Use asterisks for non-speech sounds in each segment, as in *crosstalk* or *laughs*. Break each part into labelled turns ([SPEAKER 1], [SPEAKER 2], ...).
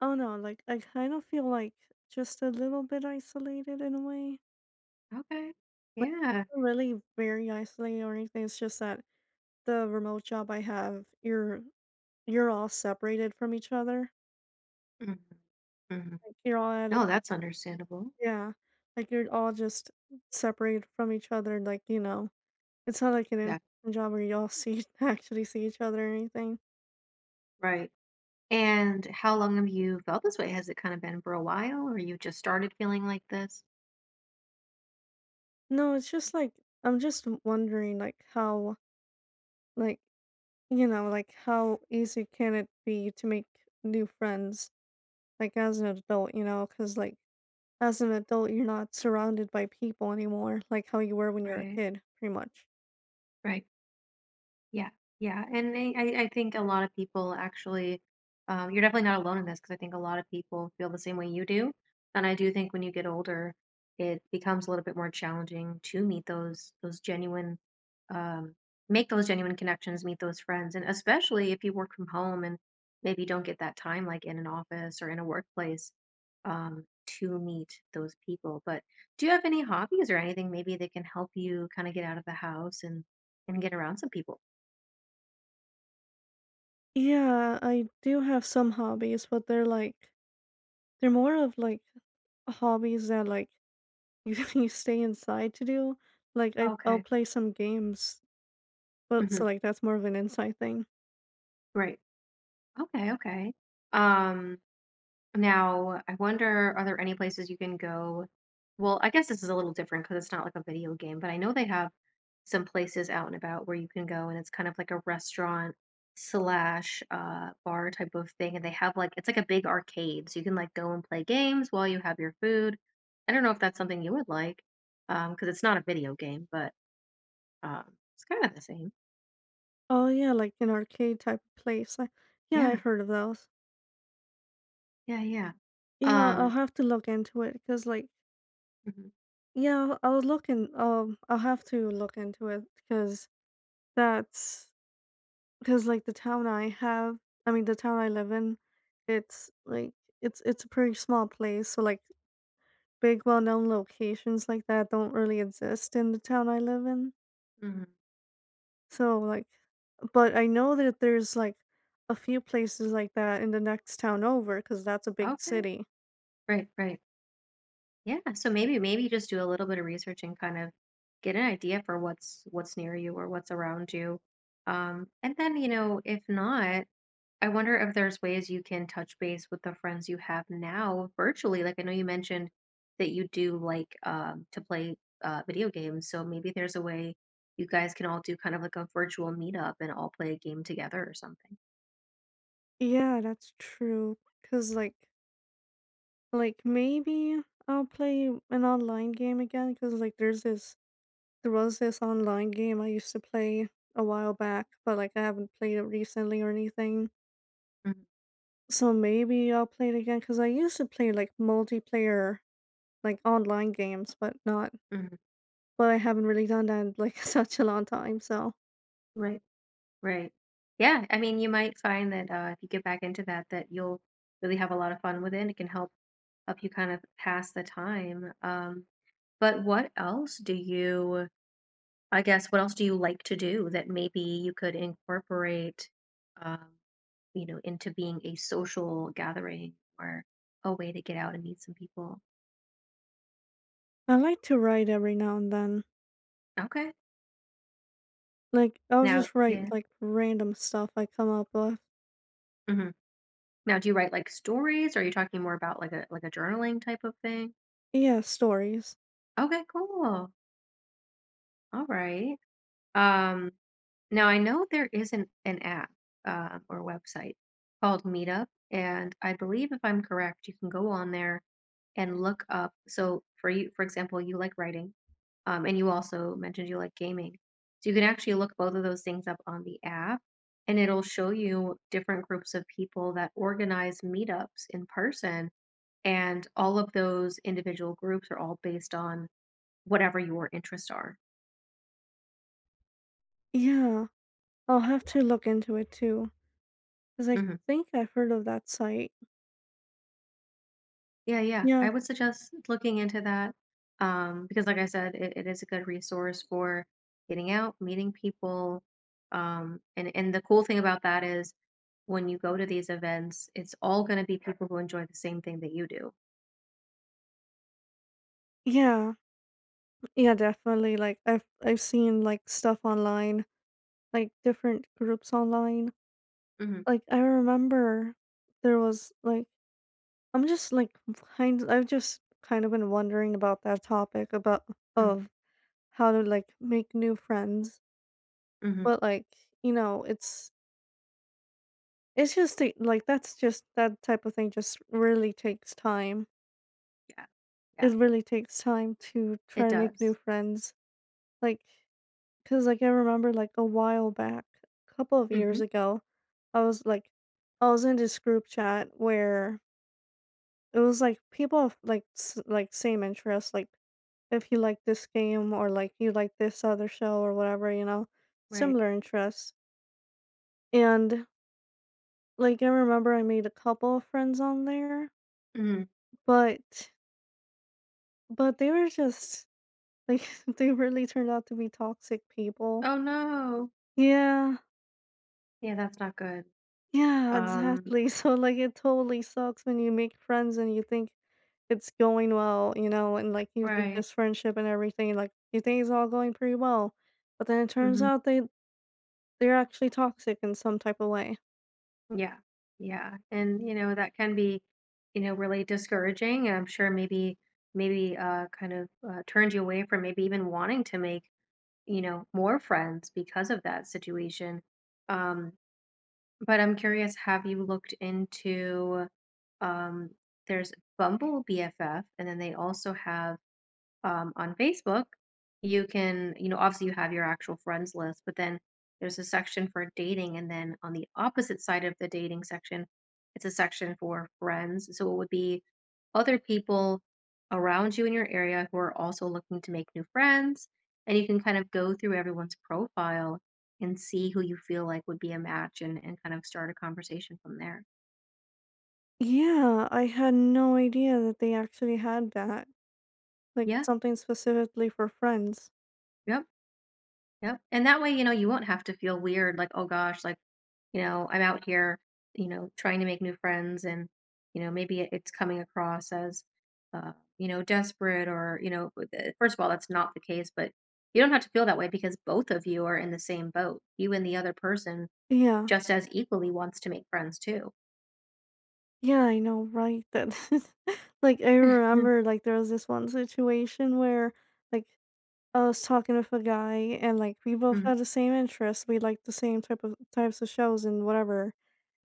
[SPEAKER 1] Oh no, like I kind of feel like just a little bit isolated in a way.
[SPEAKER 2] Okay.
[SPEAKER 1] Like
[SPEAKER 2] Yeah.
[SPEAKER 1] not really very isolated or anything. It's just that the remote job I have, you're all separated from each other.
[SPEAKER 2] Mhm. Mhm.
[SPEAKER 1] Like you're all at a,
[SPEAKER 2] No, that's understandable.
[SPEAKER 1] yeah. Like you're all just separated from each other. Like, you know, it's not like an
[SPEAKER 2] Yeah.
[SPEAKER 1] in job where you all see *laughs* actually see each other or anything.
[SPEAKER 2] Right. And how long have you felt this way? Has it kind of been for a while or you just started feeling like this?
[SPEAKER 1] No, it's just like I'm just wondering like how like you know, like how easy can it be to make new friends. Like, as an adult, you know, cause like, as an adult, you're not surrounded by people anymore, like how you were when you were a
[SPEAKER 2] Right.
[SPEAKER 1] kid, pretty much.
[SPEAKER 2] Right. Yeah, yeah, and I think a lot of people actually, you're definitely not alone in this because I think a lot of people feel the same way you do. And I do think when you get older, it becomes a little bit more challenging to meet those genuine, um, make those genuine connections, meet those friends, and especially if you work from home and maybe you don't get that time like in an office or in a workplace, to meet those people. But do you have any hobbies or anything maybe that can help you kind of get out of the house and get around some people?
[SPEAKER 1] Yeah, I do have some hobbies, but they're, like they're more of, like, hobbies that, like, *laughs* you stay inside to do. Like, I'll
[SPEAKER 2] Okay.
[SPEAKER 1] play some games, but so,
[SPEAKER 2] Hmm.
[SPEAKER 1] like, that's more of an inside thing.
[SPEAKER 2] Great. Okay. Okay. Um, now I wonder, are there any places you can go? Well, I guess this is a little different because it's not like a video game, but I know they have some places out and about where you can go, and it's kind of like a restaurant slash bar type of thing, and they have like it's like a big arcade, so you can like go and play games while you have your food. I don't know if that's something you would like, because it's not a video game, but um, it's kind of the same.
[SPEAKER 1] Oh, yeah, like an arcade type of place. I yeah,
[SPEAKER 2] Yeah.
[SPEAKER 1] I've heard of those.
[SPEAKER 2] Yeah. Yeah.
[SPEAKER 1] Yeah, I'll
[SPEAKER 2] Um.
[SPEAKER 1] have to look into it, cause like
[SPEAKER 2] Mhm.
[SPEAKER 1] yeah, I'll look in, I'll have to look into it, cause. That's because like the town I have, I mean the town I live in, it's like it's a pretty small place, so like big well-known locations like that don't really exist in the town I live in.
[SPEAKER 2] Mhm.
[SPEAKER 1] So like, but I know that there's like a few places like that in the next town over because that's a big
[SPEAKER 2] Okay.
[SPEAKER 1] city.
[SPEAKER 2] Right, right. Yeah, so maybe just do a little bit of research and kind of get an idea for what's near you or what's around you. And then, you know, if not, I wonder if there's ways you can touch base with the friends you have now virtually. Like I know you mentioned that you do like to play video games, so maybe there's a way you guys can all do kind of like a virtual meetup and all play a game together or something.
[SPEAKER 1] Yeah, that's true. Cause like maybe I'll play an online game again because like there's this There was this online game I used to play a while back, but like I haven't played it recently or anything.
[SPEAKER 2] Mhm,
[SPEAKER 1] So maybe I'll play it again because I used to play like multiplayer, like online games, but not.
[SPEAKER 2] mhm.
[SPEAKER 1] But I haven't really done that in like *laughs* such a long time. So
[SPEAKER 2] Right. Right. Yeah, I mean, you might find that, if you get back into that, that you'll really have a lot of fun with it, and it can help you kind of pass the time, but what else do you I guess, what else do you like to do that maybe you could incorporate, um, you know, into being a social gathering or a way to get out and meet some people?
[SPEAKER 1] I like to write every now and then.
[SPEAKER 2] Okay.
[SPEAKER 1] Like I'll
[SPEAKER 2] Now
[SPEAKER 1] just
[SPEAKER 2] yeah.
[SPEAKER 1] write like random stuff I come up with.
[SPEAKER 2] Mhm. Now do you write, like, stories? Or are you talking more about, like, a journaling type of thing?
[SPEAKER 1] Yeah, stories.
[SPEAKER 2] Okay, cool. Alright. Um, now I know there is an app or website called Meetup, and I believe if I'm correct, you can go on there and look up. So for you, for example, you like writing, and you also mentioned you like gaming. So you can actually look both of those things up on the app, and it'll show you different groups of people that organize meetups in person, and all of those individual groups are all based on whatever your interests are.
[SPEAKER 1] Yeah, I'll have to look into it too because I
[SPEAKER 2] Mhm.
[SPEAKER 1] think I've heard of that site.
[SPEAKER 2] Yeah, yeah. I
[SPEAKER 1] Yeah,
[SPEAKER 2] would suggest looking into that because, like I said, it is a good resource for getting out, meeting people. And, the cool thing about that is when you go to these events, it's all going to be people who enjoy the same thing that you do.
[SPEAKER 1] yeah. Yeah, definitely. Like I've seen like stuff online, like different groups online.
[SPEAKER 2] Hmm.
[SPEAKER 1] Like I remember there was like I'm just like kind I've just kind of been wondering about that topic about
[SPEAKER 2] Hmm.
[SPEAKER 1] of how to like make new friends.
[SPEAKER 2] Hmm.
[SPEAKER 1] But like, you know, it's like that's just that type of thing just really takes time.
[SPEAKER 2] Yeah, yeah,
[SPEAKER 1] It really takes time to
[SPEAKER 2] it
[SPEAKER 1] try and make new
[SPEAKER 2] does.
[SPEAKER 1] friends. Like 'cause, like, I remember, like, a while back, a couple of
[SPEAKER 2] Hmm.
[SPEAKER 1] years ago, I was, like I was in this group chat where it was, like, people of, like, s like, same interests, like, if you like this game or, like, you like this other show or whatever, you know,
[SPEAKER 2] Right.
[SPEAKER 1] similar interests, and, like, I remember I made a couple of friends on there,
[SPEAKER 2] Hmm.
[SPEAKER 1] but but they were just like, *laughs* they really turned out to be toxic people.
[SPEAKER 2] Oh, no.
[SPEAKER 1] Yeah.
[SPEAKER 2] Yeah, that's not good.
[SPEAKER 1] Yeah,
[SPEAKER 2] Um,
[SPEAKER 1] exactly. *laughs* So like it totally sucks when you make friends and you think it's going well, you know, and like you think
[SPEAKER 2] right.
[SPEAKER 1] this friendship and everything, like you think it's all going pretty well. But then it turns
[SPEAKER 2] Hmm.
[SPEAKER 1] out they're actually toxic in some type of way.
[SPEAKER 2] Yeah. Yeah. And you know, that can be, you know, really discouraging. And I'm sure maybe turned you away from maybe even wanting to make, you know, more friends because of that situation. Um, but I'm curious, have you looked into um there's Bumble BFF and then they also have on Facebook, you can, you know, obviously you have your actual friends list, but then there's a section for dating. And then on the opposite side of the dating section, it's a section for friends. So it would be other people around you in your area who are also looking to make new friends. And you can kind of go through everyone's profile and see who you feel like would be a match and, kind of start a conversation from there.
[SPEAKER 1] Yeah, I had no idea that they actually had that. Like
[SPEAKER 2] Yeah.
[SPEAKER 1] something specifically for friends.
[SPEAKER 2] Yep. Yep, and that way, you know, you won't have to feel weird, like, "Oh gosh, like, you know, I'm out here, you know, trying to make new friends and, you know, maybe it's coming across as, uh, you know, desperate or, you know, with it." First of all, that's not the case, but you don't have to feel that way because both of you are in the same boat. You and the other person
[SPEAKER 1] Yeah.
[SPEAKER 2] just as equally wants to make friends too.
[SPEAKER 1] Yeah, I know, right? That *laughs* like I remember
[SPEAKER 2] *laughs*
[SPEAKER 1] like there was this one situation where like I was talking with a guy and like we both had the same interests. We liked the same type of types of shows and whatever.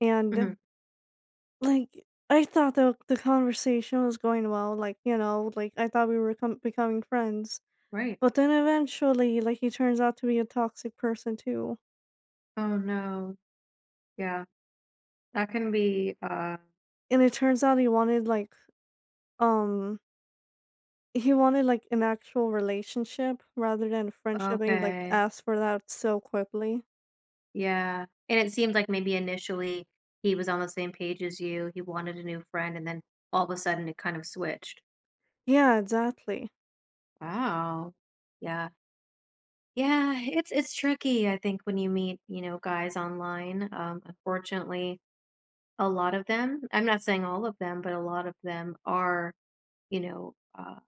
[SPEAKER 1] And
[SPEAKER 2] Mm-hmm.
[SPEAKER 1] like I thought the conversation was going well, like, you know, like I thought we were becoming friends.
[SPEAKER 2] Right.
[SPEAKER 1] But then eventually like he turns out to be a toxic person too.
[SPEAKER 2] Oh no. Yeah. That can be
[SPEAKER 1] And it turns out um he wanted like an actual relationship rather than friendship and he like
[SPEAKER 2] okay.
[SPEAKER 1] asked for that so quickly.
[SPEAKER 2] Yeah, and it seemed like maybe initially he was on the same page as you, he wanted a new friend, and then all of a sudden it kind of switched.
[SPEAKER 1] Yeah, exactly.
[SPEAKER 2] Wow. Yeah. Yeah, it's tricky, I think, when you meet, you know, guys online. Unfortunately, a lot of them, I'm not saying all of them, but a lot of them are, you know,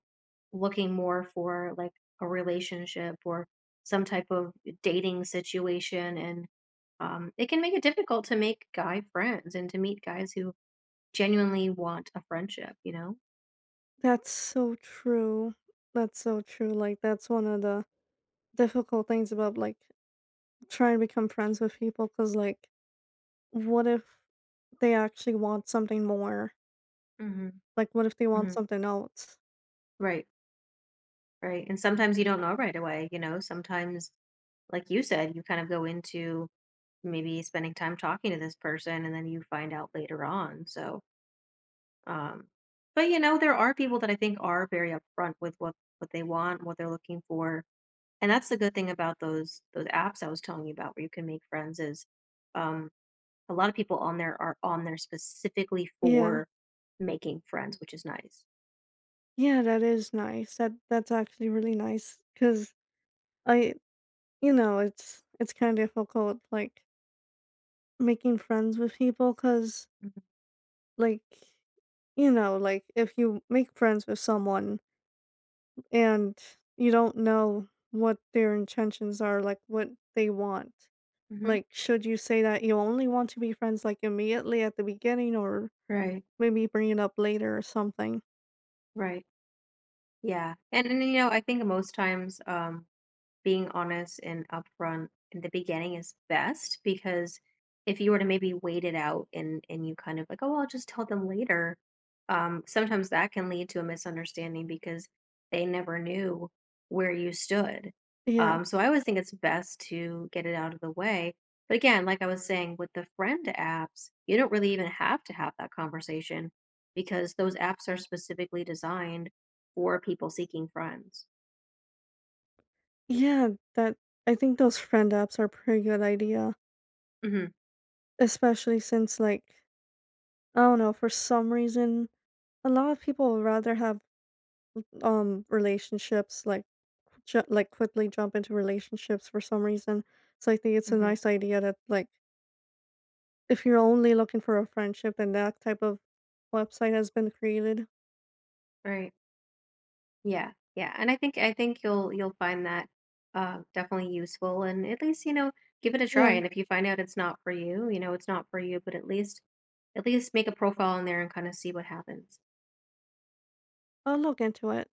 [SPEAKER 2] looking more for like a relationship or some type of dating situation. And it can make it difficult to make guy friends and to meet guys who genuinely want a friendship, you know?
[SPEAKER 1] That's so true. That's so true. Like that's one of the difficult things about like trying to become friends with people cuz like what if they actually want something more?
[SPEAKER 2] Mhm,
[SPEAKER 1] Like what if they want
[SPEAKER 2] mhm.
[SPEAKER 1] something else?
[SPEAKER 2] Right, right, and sometimes you don't know right away, you know? Sometimes, like you said, you kind of go into maybe spending time talking to this person, and then you find out later on, so Um, but you know, there are people that I think are very upfront with what they want, what they're looking for, and that's the good thing about those apps I was telling you about, where you can make friends. Is um, a lot of people on there are on there specifically
[SPEAKER 1] Yeah.
[SPEAKER 2] for making friends, which is nice.
[SPEAKER 1] Yeah, that is nice. That that's actually really nice cuz I you know, it's kind of difficult like making friends with people cuz
[SPEAKER 2] Mhm.
[SPEAKER 1] like you know, like if you make friends with someone and you don't know what their intentions are, like, what they want.
[SPEAKER 2] Hmm.
[SPEAKER 1] Like, should you say that you only want to be friends, like, immediately at the beginning or
[SPEAKER 2] Right,
[SPEAKER 1] maybe bring it up later or something?
[SPEAKER 2] right, yeah, and you know, I think most times, being honest and upfront in the beginning is best because if you were to maybe wait it out and you kind of like, oh, I'll just tell them later, sometimes that can lead to a misunderstanding because they never knew where you stood,
[SPEAKER 1] Yeah.
[SPEAKER 2] so I always think it's best to get it out of the way, but again, like I was saying with the friend apps, you don't really even have to have that conversation because those apps are specifically designed for people seeking friends.
[SPEAKER 1] Yeah, that I think those friend apps are a pretty good idea,
[SPEAKER 2] Hmm.
[SPEAKER 1] especially since, like, I don't know, for some reason, a lot of people would rather have, relationships, like, ju like, quickly jump into relationships for some reason. So I think it's a
[SPEAKER 2] Hmm.
[SPEAKER 1] nice idea to, like If you're only looking for a friendship and that type of website has been created.
[SPEAKER 2] Right. Yeah, yeah, and I think you'll find that definitely useful, and at least you know give it a try.
[SPEAKER 1] Yeah,
[SPEAKER 2] And if you find out it's not for you, you know it's not for you, but at least make a profile in there and kind of see what happens.
[SPEAKER 1] I'll look into it.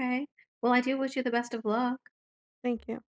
[SPEAKER 2] Okay. Well, I do wish you the best of luck.
[SPEAKER 1] Thank you.